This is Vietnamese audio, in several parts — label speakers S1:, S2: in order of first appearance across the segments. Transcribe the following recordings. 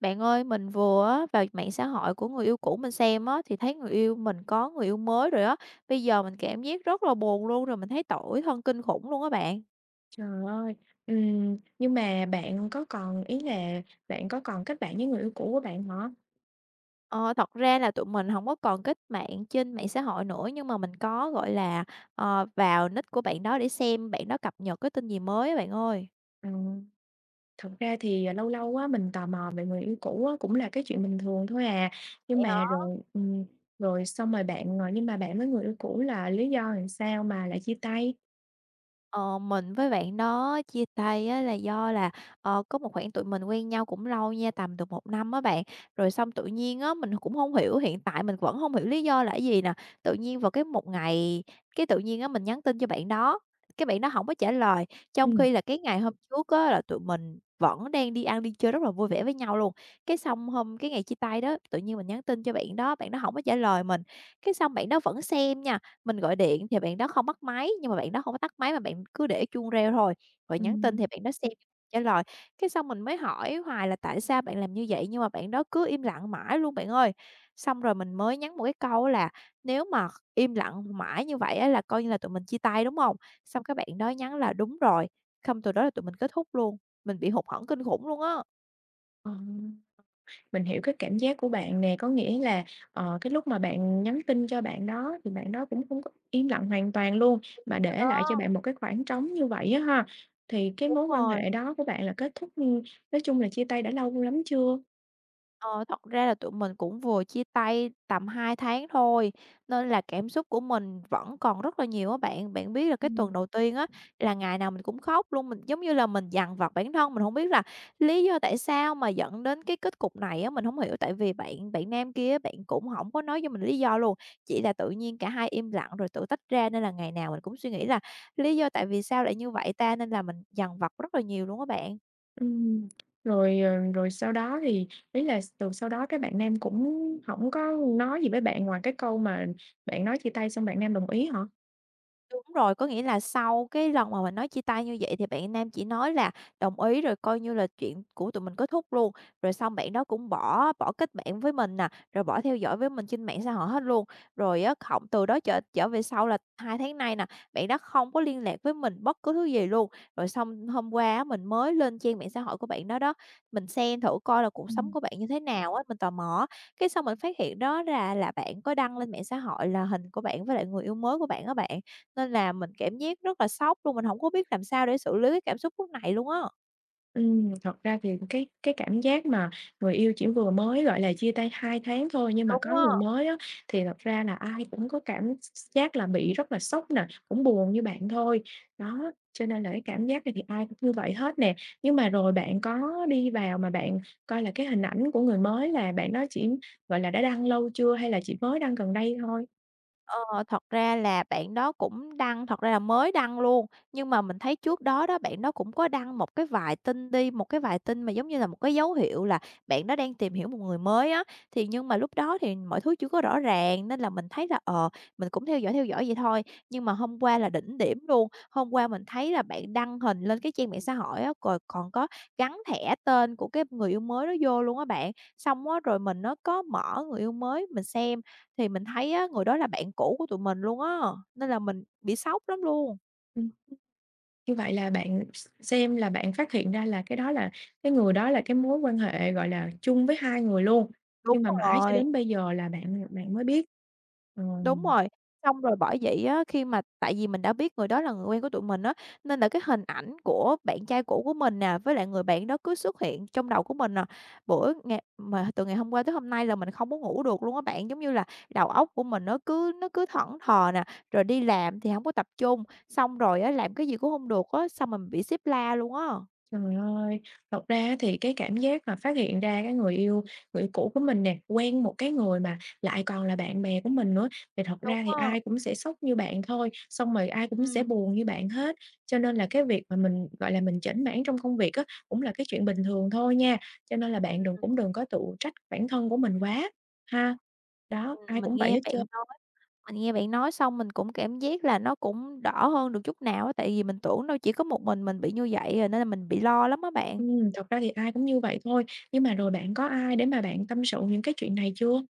S1: Bạn ơi, mình vừa á vào mạng xã hội của người yêu cũ mình xem á, thì thấy người yêu mình có người yêu mới rồi á. Bây giờ mình cảm giác rất là buồn luôn, rồi mình thấy tủi thân kinh khủng luôn á bạn.
S2: Trời ơi! Nhưng mà bạn có còn kết bạn với người yêu cũ của bạn hả?
S1: Ờ, thật ra là tụi mình không có còn kết bạn trên mạng xã hội nữa, nhưng mà mình có, gọi là, ờ, vào nick của bạn đó để xem bạn đó cập nhật cái tin gì mới á bạn ơi.
S2: Ừm, Thật ra thì, lâu lâu á, mình tò mò về người yêu cũ á, cũng là cái chuyện bình thường thôi à. Nhưng mà rồi rồi xong rồi bạn, ờ nhưng mà bạn với người yêu cũ là lý do làm sao mà lại chia tay?
S1: Ờ, mình với bạn đó chia tay á là do là, ờ, có một khoảng tụi mình quen nhau cũng lâu nha, tầm được một năm á bạn. Rồi xong tự nhiên á, mình cũng không hiểu, hiện tại mình vẫn không hiểu lý do là cái gì nè. Tự nhiên vào cái một ngày, cái tự nhiên á mình nhắn tin cho bạn đó, cái bạn đó không có trả lời, trong
S2: Ừm.
S1: khi là cái ngày hôm trước á là tụi mình vẫn đang đi ăn đi chơi rất là vui vẻ với nhau luôn. Cái xong hôm cái ngày chia tay đó, tự nhiên mình nhắn tin cho bạn đó không có trả lời mình, cái xong bạn đó vẫn xem nha. Mình gọi điện thì bạn đó không bắt máy, nhưng mà bạn đó hông có tắt máy mà bạn cứ để chuông reo thôi, rồi nhắn tin
S2: Ừm.
S1: thì bạn đó xem trả lời. Cái xong mình mới hỏi hoài là "Tại sao bạn làm như vậy?" nhưng mà bạn đó cứ im lặng mãi luôn bạn ơi. Xong rồi mình mới nhắn một cái câu á là "Nếu mà im lặng mãi như vậy á là coi như là tụi mình chia tay, đúng hông?" Xong cái bạn đó nhắn là "Đúng rồi." Xong từ đó là tụi mình kết thúc luôn, mình bị hụt hẫng kinh khủng luôn á.
S2: Ờ. Mình hiểu cái cảm giác của bạn nè, có nghĩa là, cái lúc mà bạn nhắn tin cho bạn đó thì bạn đó cũng hông có im lặng hoàn toàn luôn, mà
S1: Rồi
S2: để lại cho
S1: đó,
S2: bạn một cái khoảng trống như vậy á ha. Thì cái
S1: đúng
S2: mối quan
S1: rồi.
S2: hệ đó của bạn là kết thúc, nói chung là chia tay đã lâu lắm chưa?
S1: Ờ, thật ra là tụi mình cũng vừa chia tay tầm 2 tháng thôi, nên là cảm xúc của mình vẫn còn rất là nhiều á bạn. Bạn biết là cái
S2: Ừm.
S1: tuần đầu tiên á, là ngày nào mình cũng khóc luôn, mình giống như là mình dằn vặt bản thân, mình không biết là lý do tại sao mà dẫn đến cái kết cục này á, mình không hiểu. Tại vì bạn bạn nam kia bạn cũng không có nói cho mình lý do luôn, chỉ là tự nhiên cả hai im lặng rồi tự tách ra, nên là ngày nào mình cũng suy nghĩ là lý do tại vì sao lại như vậy ta? Nên là mình dằn vặt rất là nhiều luôn á bạn.
S2: Ừm, rồi sau đó thì ý là từ sau đó các bạn nam cũng không có nói gì với bạn ngoài cái câu mà bạn nói chia tay xong bạn nam đồng ý hả?
S1: Đúng rồi, có nghĩa là sau cái lần mà mình nói chia tay như vậy thì bạn nam chỉ nói là đồng ý rồi coi như là chuyện của tụi mình kết thúc luôn. Rồi xong bạn đó cũng bỏ bỏ kết bạn với mình nè, rồi bỏ theo dõi với mình trên mạng xã hội hết luôn. Rồi á hổng từ đó trở trở về sau là 2 tháng nay nè, bạn đó không có liên lạc với mình bất cứ thứ gì luôn. Rồi xong hôm qua á mình mới lên trang mạng xã hội của bạn đó đó, mình xem thử coi là cuộc sống của bạn như thế nào á, mình tò mò. Cái xong mình phát hiện đó ra là bạn có đăng lên mạng xã hội là hình của bạn với lại người yêu mới của bạn á bạn. Nên là mình cảm giác rất là sốc luôn, mình hổng có biết làm sao để xử lý cái cảm xúc lúc này luôn á.
S2: Thật ra thì cái cảm giác mà người yêu chỉ vừa mới, gọi là, chia tay 2 tháng thôi nhưng mà có
S1: Đúng á.
S2: người mới á, thì thật ra là ai cũng có cảm giác là bị rất là sốc nè, cũng buồn như bạn thôi. Đó, cho nên là cái cảm giác này thì ai cũng như vậy hết nè. Nhưng mà rồi bạn có đi vào mà bạn coi là cái hình ảnh của người mới là bạn đó chỉ, gọi là, đã đăng lâu chưa hay là chỉ mới đăng gần đây thôi?
S1: Ờ, thật ra là bạn đó cũng đăng, thật ra là mới đăng luôn, nhưng mà mình thấy trước đó đó bạn đó cũng có đăng một cái vài tin đi, một cái vài tin mà giống như là một cái dấu hiệu là bạn đó đang tìm hiểu một người mới á. Thì nhưng mà lúc đó thì mọi thứ chưa có rõ ràng nên là mình thấy là, ờ, mình cũng theo dõi vậy thôi. Nhưng mà hôm qua là đỉnh điểm luôn, hôm qua mình thấy là bạn đăng hình lên cái trang mạng xã hội á, rồi còn có gắn thẻ tên của cái người yêu mới đó vô luôn á bạn. Xong á, rồi mình nó có mở người yêu mới mình xem thì mình thấy á, người đó là bạn cũ của tụi mình luôn á, nên là mình bị sốc lắm luôn.
S2: Như vậy là bạn xem là bạn phát hiện ra là cái người đó là cái mối quan hệ, gọi là, chung với hai người luôn,
S1: Đúng
S2: nhưng mà mãi cho
S1: rồi,
S2: đến bây giờ là bạn bạn mới biết. Ờ.
S1: đúng rồi. Xong rồi bởi vậy á, khi mà tại vì mình đã biết người đó là người quen của tụi mình á, nên là cái hình ảnh của bạn trai cũ của mình nè, với lại người bạn đó cứ xuất hiện trong đầu của mình nè. Bữa ngày mà từ ngày hôm qua tới hôm nay là mình không có ngủ được luôn á bạn, giống như là đầu óc của mình nó cứ thẫn thờ nè, rồi đi làm thì không có tập trung, xong rồi á, làm cái gì cũng không được á, xong mình bị xếp la luôn á.
S2: Trời ơi! Thật ra á thì cái cảm giác mà phát hiện ra cái người cũ của mình nè, quen một cái người mà lại còn là bạn bè của mình nữa, thì thật
S1: Đúng
S2: ra thì
S1: á,
S2: ai cũng sẽ sốc như bạn thôi, xong rồi ai cũng sẽ
S1: ừm.
S2: buồn như bạn hết. Cho nên là cái việc mà mình, gọi là, mình chểnh mảng trong công việc á, cũng là cái chuyện bình thường thôi nha, cho nên là bạn đừng cũng đừng có tự trách bản thân của mình quá ha. Đó,
S1: Ừm,
S2: ai
S1: mình
S2: cũng vậy
S1: nghe
S2: hết
S1: bạn
S2: trơn.
S1: nói mình nghe bạn nói xong mình cũng cảm giác là nó cũng đỡ hơn được chút nào á, tại vì mình tưởng đâu chỉ có một mình bị như vậy à, nên là mình bị lo lắm á bạn.
S2: Thật ra thì ai cũng như vậy thôi, nhưng mà rồi bạn có ai để mà bạn tâm sự những cái chuyện này chưa?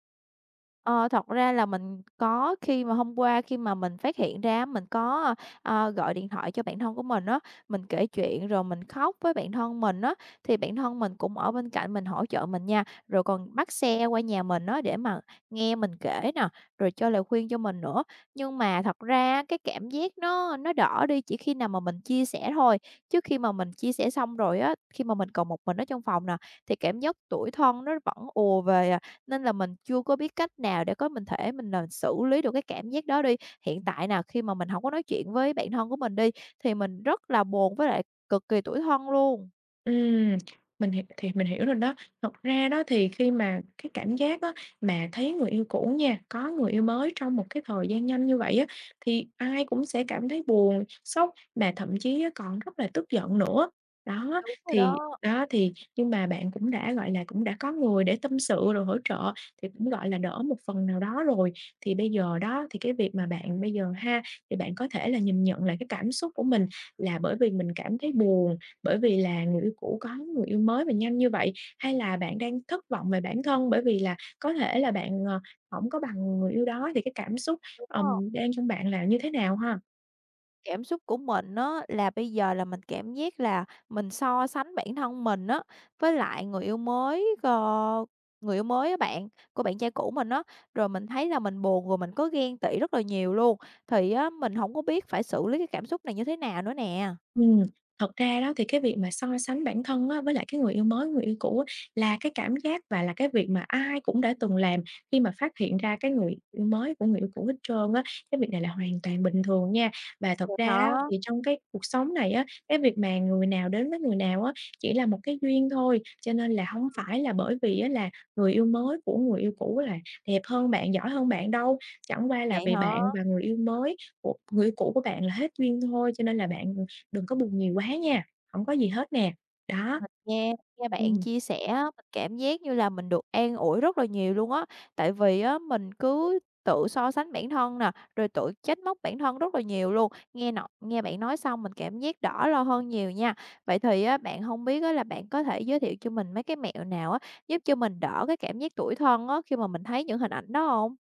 S1: Ờ, thật ra là mình có, khi mà hôm qua khi mà mình phát hiện ra mình có, ờ, gọi điện thoại cho bạn thân của mình á, mình kể chuyện rồi mình khóc với bạn thân mình á, thì bạn thân mình cũng ở bên cạnh mình hỗ trợ mình nha, rồi còn bắt xe qua nhà mình á để mà nghe mình kể nè, rồi cho lời khuyên cho mình nữa. Nhưng mà thật ra cái cảm giác nó đỡ đi chỉ khi nào mà mình chia sẻ thôi, chứ khi mà mình chia sẻ xong rồi á, khi mà mình còn một mình ở trong phòng nè, thì cảm giác tủi thân nó vẫn ùa về à. Nên là mình chưa có biết cách nào để có mình thể mình là xử lý được cái cảm giác đó đi. Hiện tại nào khi mà mình hổng có nói chuyện với bạn thân của mình đi, thì mình rất là buồn với lại cực kỳ tủi thân luôn.
S2: Ừm, mình hiểu thì mình hiểu rồi đó. Thật ra đó thì khi mà cái cảm giác á, mà thấy người yêu cũ nha, có người yêu mới trong một cái thời gian nhanh như vậy á, thì ai cũng sẽ cảm thấy buồn, sốc, mà thậm chí á, còn rất là tức giận nữa.
S1: Đúng rồi đó,
S2: Đó thì nhưng mà bạn cũng đã, gọi là, cũng đã có người để tâm sự rồi hỗ trợ thì cũng, gọi là, đỡ một phần nào đó rồi. Thì bây giờ đó, thì cái việc mà bạn bây giờ ha, thì bạn có thể là nhìn nhận lại cái cảm xúc của mình là bởi vì mình cảm thấy buồn bởi vì là người yêu cũ có người yêu mới và nhanh như vậy? Hay là bạn đang thất vọng về bản thân bởi vì là có thể là bạn, hổng có bằng người yêu đó thì cái cảm xúc,
S1: đúng rồi.
S2: đang trong bạn là như thế nào ha?
S1: Cảm xúc của mình á, là bây giờ là mình cảm giác là mình so sánh bản thân mình á, với lại người yêu mới, ờ, người yêu mới á bạn, của bạn trai cũ mình á. Rồi mình thấy là mình buồn, rồi mình có ghen tị rất là nhiều luôn. Thì á, mình hổng có biết phải xử lý cái cảm xúc này như thế nào nữa nè.
S2: Ừm, Thật ra đó thì cái việc mà so sánh bản thân á, với lại cái người yêu mới, người yêu cũ á, là cái cảm giác và là cái việc mà ai cũng đã từng làm khi mà phát hiện ra cái người yêu mới của người yêu cũ hết trơn á. Cái việc này là hoàn toàn bình thường nha. Và thật
S1: Vậy
S2: ra á,
S1: hả?
S2: thì trong cái cuộc sống này á, cái việc mà người nào đến với người nào á, chỉ là một cái duyên thôi, cho nên là không phải là bởi vì á, là người yêu mới của người yêu cũ là đẹp hơn bạn, giỏi hơn bạn đâu. Chẳng qua là
S1: Vậy
S2: vì
S1: hả?
S2: bạn và người yêu mới của người yêu cũ của bạn là hết duyên thôi, cho nên là bạn đừng có buồn nhiều quá nha, không có gì hết nè. Đó.
S1: Mình nghe nghe bạn
S2: Ừm.
S1: chia sẻ á, mình cảm giác như là mình được an ủi rất là nhiều luôn á, tại vì á mình cứ tự so sánh bản thân nè, rồi tự trách móc bản thân rất là nhiều luôn. Nghe bạn nói xong mình cảm giác đỡ lo hơn nhiều nha. Vậy thì á, bạn không biết á là bạn có thể giới thiệu cho mình mấy cái mẹo nào á, giúp cho mình đỡ cái cảm giác tủi thân á, khi mà mình thấy những hình ảnh đó không?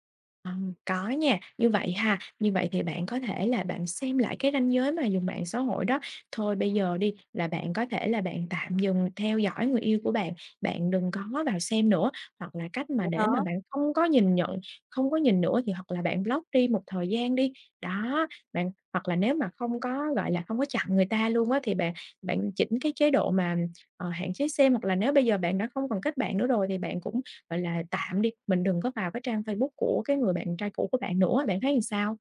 S2: Có nha. Như vậy ha, như vậy thì bạn có thể là bạn xem lại cái ranh giới mà dùng mạng xã hội đó. Thôi bây giờ đi là bạn có thể là bạn tạm dừng theo dõi người yêu của bạn, bạn đừng có vào xem nữa, hoặc là cách mà
S1: Vậy
S2: để
S1: hả?
S2: mà bạn không có nhìn nữa thì hoặc là bạn block đi một thời gian đi. Đó, bạn hoặc là nếu mà không có, gọi là, không có chặn người ta luôn á thì bạn bạn chỉnh cái chế độ mà, hạn chế xem, hoặc là nếu bây giờ bạn đã không còn kết bạn nữa rồi thì bạn cũng gọi là, tạm đi, mình đừng có vào cái trang Facebook của cái người bạn trai cũ của bạn nữa, bạn thấy làm sao?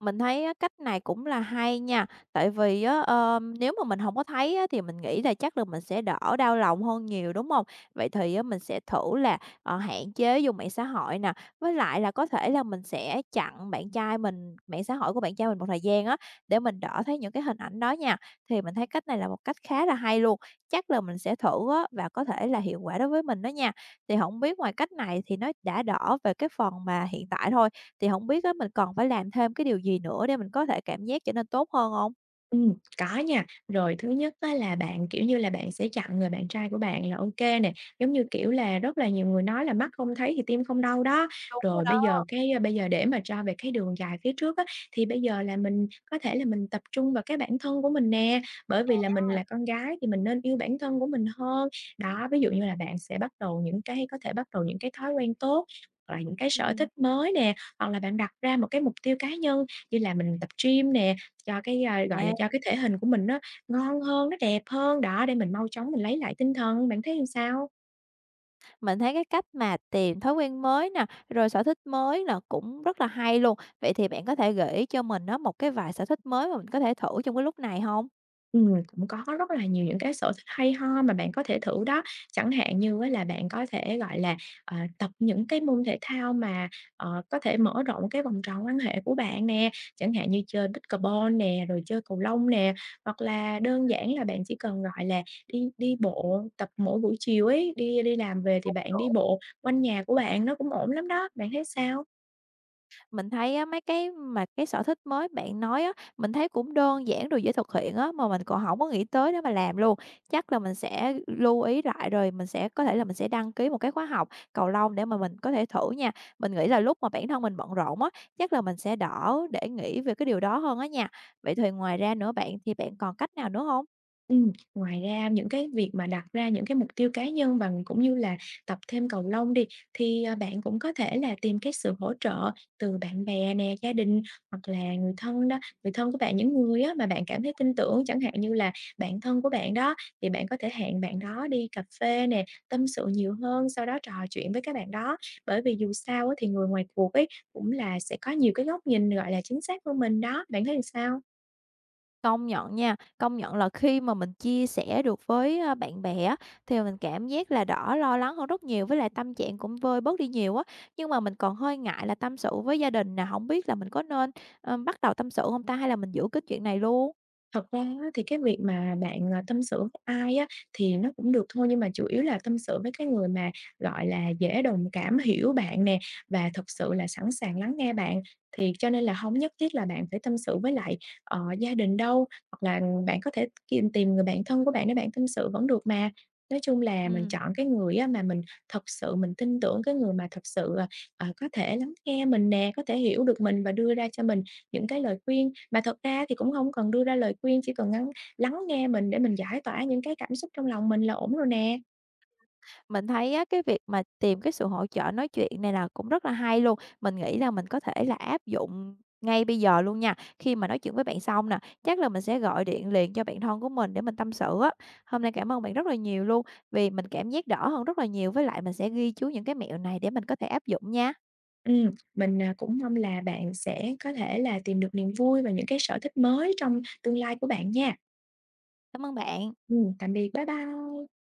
S1: Mình thấy á, cách này cũng là hay nha, tại vì á, nếu mà mình không có thấy á, thì mình nghĩ là chắc là mình sẽ đỡ đau lòng hơn nhiều, đúng không? Vậy thì á, mình sẽ thử là, ờ, hạn chế dùng mạng xã hội nè, với lại là có thể là mình sẽ chặn bạn trai mình, mạng xã hội của bạn trai mình một thời gian á, để mình đỡ thấy những cái hình ảnh đó nha. Thì mình thấy cách này là một cách khá là hay luôn, chắc là mình sẽ thử á, và có thể là hiệu quả đối với mình đó nha. Thì không biết ngoài cách này thì nó đã đỡ về cái phần mà hiện tại thôi, thì hổng biết á, mình còn phải làm thêm cái điều gì nữa để mình có thể cảm giác trở nên tốt hơn hông?
S2: Có nha. Rồi thứ nhất á là bạn, kiểu như là, bạn sẽ chặn người bạn trai của bạn là ok nè, giống như, kiểu là, rất là nhiều người nói là "Mắt không thấy thì tim không đau" đó.
S1: Đúng rồi
S2: Rồi
S1: đó.
S2: bây giờ để mà cho về cái đường dài phía trước á, thì bây giờ là mình có thể là mình tập trung vào cái bản thân của mình nè, bởi vì là mình là con gái thì mình nên yêu bản thân của mình hơn. Đó, ví dụ như là bạn sẽ bắt đầu những cái có thể bắt đầu những cái thói quen tốt, hoặc là những cái sở
S1: Ừm,
S2: thích mới nè, hoặc là bạn đặt ra một cái mục tiêu cá nhân như là mình tập gym nè, cho cái, gọi là,
S1: à,
S2: cho cái thể hình của mình nó ngon hơn, nó đẹp hơn, đó, để mình mau chóng mình lấy lại tinh thần. Bạn thấy làm sao?
S1: mình thấy cái cách mà tìm thói quen mới nè, rồi sở thích mới là cũng rất là hay luôn. Vậy thì bạn có thể gợi ý cho mình á, một cái vài sở thích mới mà mình có thể thử trong cái lúc này hông?
S2: Cũng có rất là nhiều những cái sở thích hay ho mà bạn có thể thử đó. Chẳng hạn như á
S1: Ừm.
S2: là bạn có thể, gọi là, tập những cái môn thể thao mà, có thể mở rộng cái vòng tròn quan hệ của bạn nè, chẳng hạn như chơi pickleball nè, rồi chơi cầu lông nè, hoặc là đơn giản là bạn chỉ cần, gọi là, đi đi bộ tập mỗi buổi chiều ấy, đi đi làm về thì bạn đi bộ quanh nhà của bạn, nó cũng ổn lắm đó. Bạn thấy sao?
S1: Mình thấy á, mấy cái mà cái sở thích mới bạn nói á, mình thấy cũng đơn giản rồi dễ thực hiện á, mà mình còn không có nghĩ tới để mà làm luôn. Chắc là mình sẽ lưu ý lại rồi mình sẽ có thể là mình sẽ đăng ký một cái khóa học cầu lông để mà mình có thể thử nha. Mình nghĩ là lúc mà bản thân mình bận rộn á, chắc là mình sẽ đỡ để nghĩ về cái điều đó hơn á nha. Vậy thì ngoài ra nữa bạn, thì bạn còn cách nào nữa không?
S2: Ngoài ra những cái việc mà đặt ra những cái mục tiêu cá nhân và cũng như là tập thêm cầu lông đi, thì, bạn cũng có thể là tìm cái sự hỗ trợ từ bạn bè nè, gia đình hoặc là người thân đó, người thân của bạn, những người á mà bạn cảm thấy tin tưởng, chẳng hạn như là bạn thân của bạn đó, thì bạn có thể hẹn bạn đó đi cà phê nè, tâm sự nhiều hơn, sau đó trò chuyện với các bạn đó. Bởi vì dù sao á thì người ngoài cuộc ấy cũng là sẽ có nhiều cái góc nhìn, gọi là, chính xác hơn mình đó, bạn thấy làm sao?
S1: Công nhận nha, công nhận là khi mà mình chia sẻ được với, a, bạn bè á, thì mình cảm giác là đỡ lo lắng hơn rất nhiều, với lại tâm trạng cũng vơi bớt đi nhiều á. Nhưng mà mình còn hơi ngại là tâm sự với gia đình nè, không biết là mình có nên, ờ, bắt đầu tâm sự hông ta, hay là mình giữ cái chuyện này luôn?
S2: Thật ra á thì cái việc mà bạn, tâm sự với ai á thì nó cũng được thôi, nhưng mà chủ yếu là tâm sự với cái người mà, gọi là, dễ đồng cảm, hiểu bạn nè, và thực sự là sẵn sàng lắng nghe bạn. Thì cho nên là không nhất thiết là bạn phải tâm sự với lại, gia đình đâu, hoặc là bạn có thể tìm tìm người bạn thân của bạn để bạn tâm sự vẫn được mà. Nói chung là mình
S1: Ừm.
S2: chọn cái người á mà mình thật sự mình tin tưởng, cái người mà thật sự, có thể lắng nghe mình nè, có thể hiểu được mình và đưa ra cho mình những cái lời khuyên. Mà thật ra thì cũng không cần đưa ra lời khuyên, chỉ cần ngắn lắng nghe mình để mình giải tỏa những cái cảm xúc trong lòng mình là ổn rồi nè.
S1: Mình thấy á, cái việc mà tìm cái sự hỗ trợ nói chuyện này là cũng rất là hay luôn. Mình nghĩ là mình có thể là áp dụng ngay bây giờ luôn nha. Khi mà nói chuyện với bạn xong nè, chắc là mình sẽ gọi điện liền cho bạn thân của mình để mình tâm sự á. Hôm nay cảm ơn bạn rất là nhiều luôn, vì mình cảm giác đỡ hơn rất là nhiều, với lại mình sẽ ghi chú những cái mẹo này để mình có thể áp dụng nha.
S2: Mình, cũng mong là bạn sẽ có thể là tìm được niềm vui và những cái sở thích mới trong tương lai của bạn nha.
S1: Cảm ơn bạn.
S2: Tạm biệt, bye bye.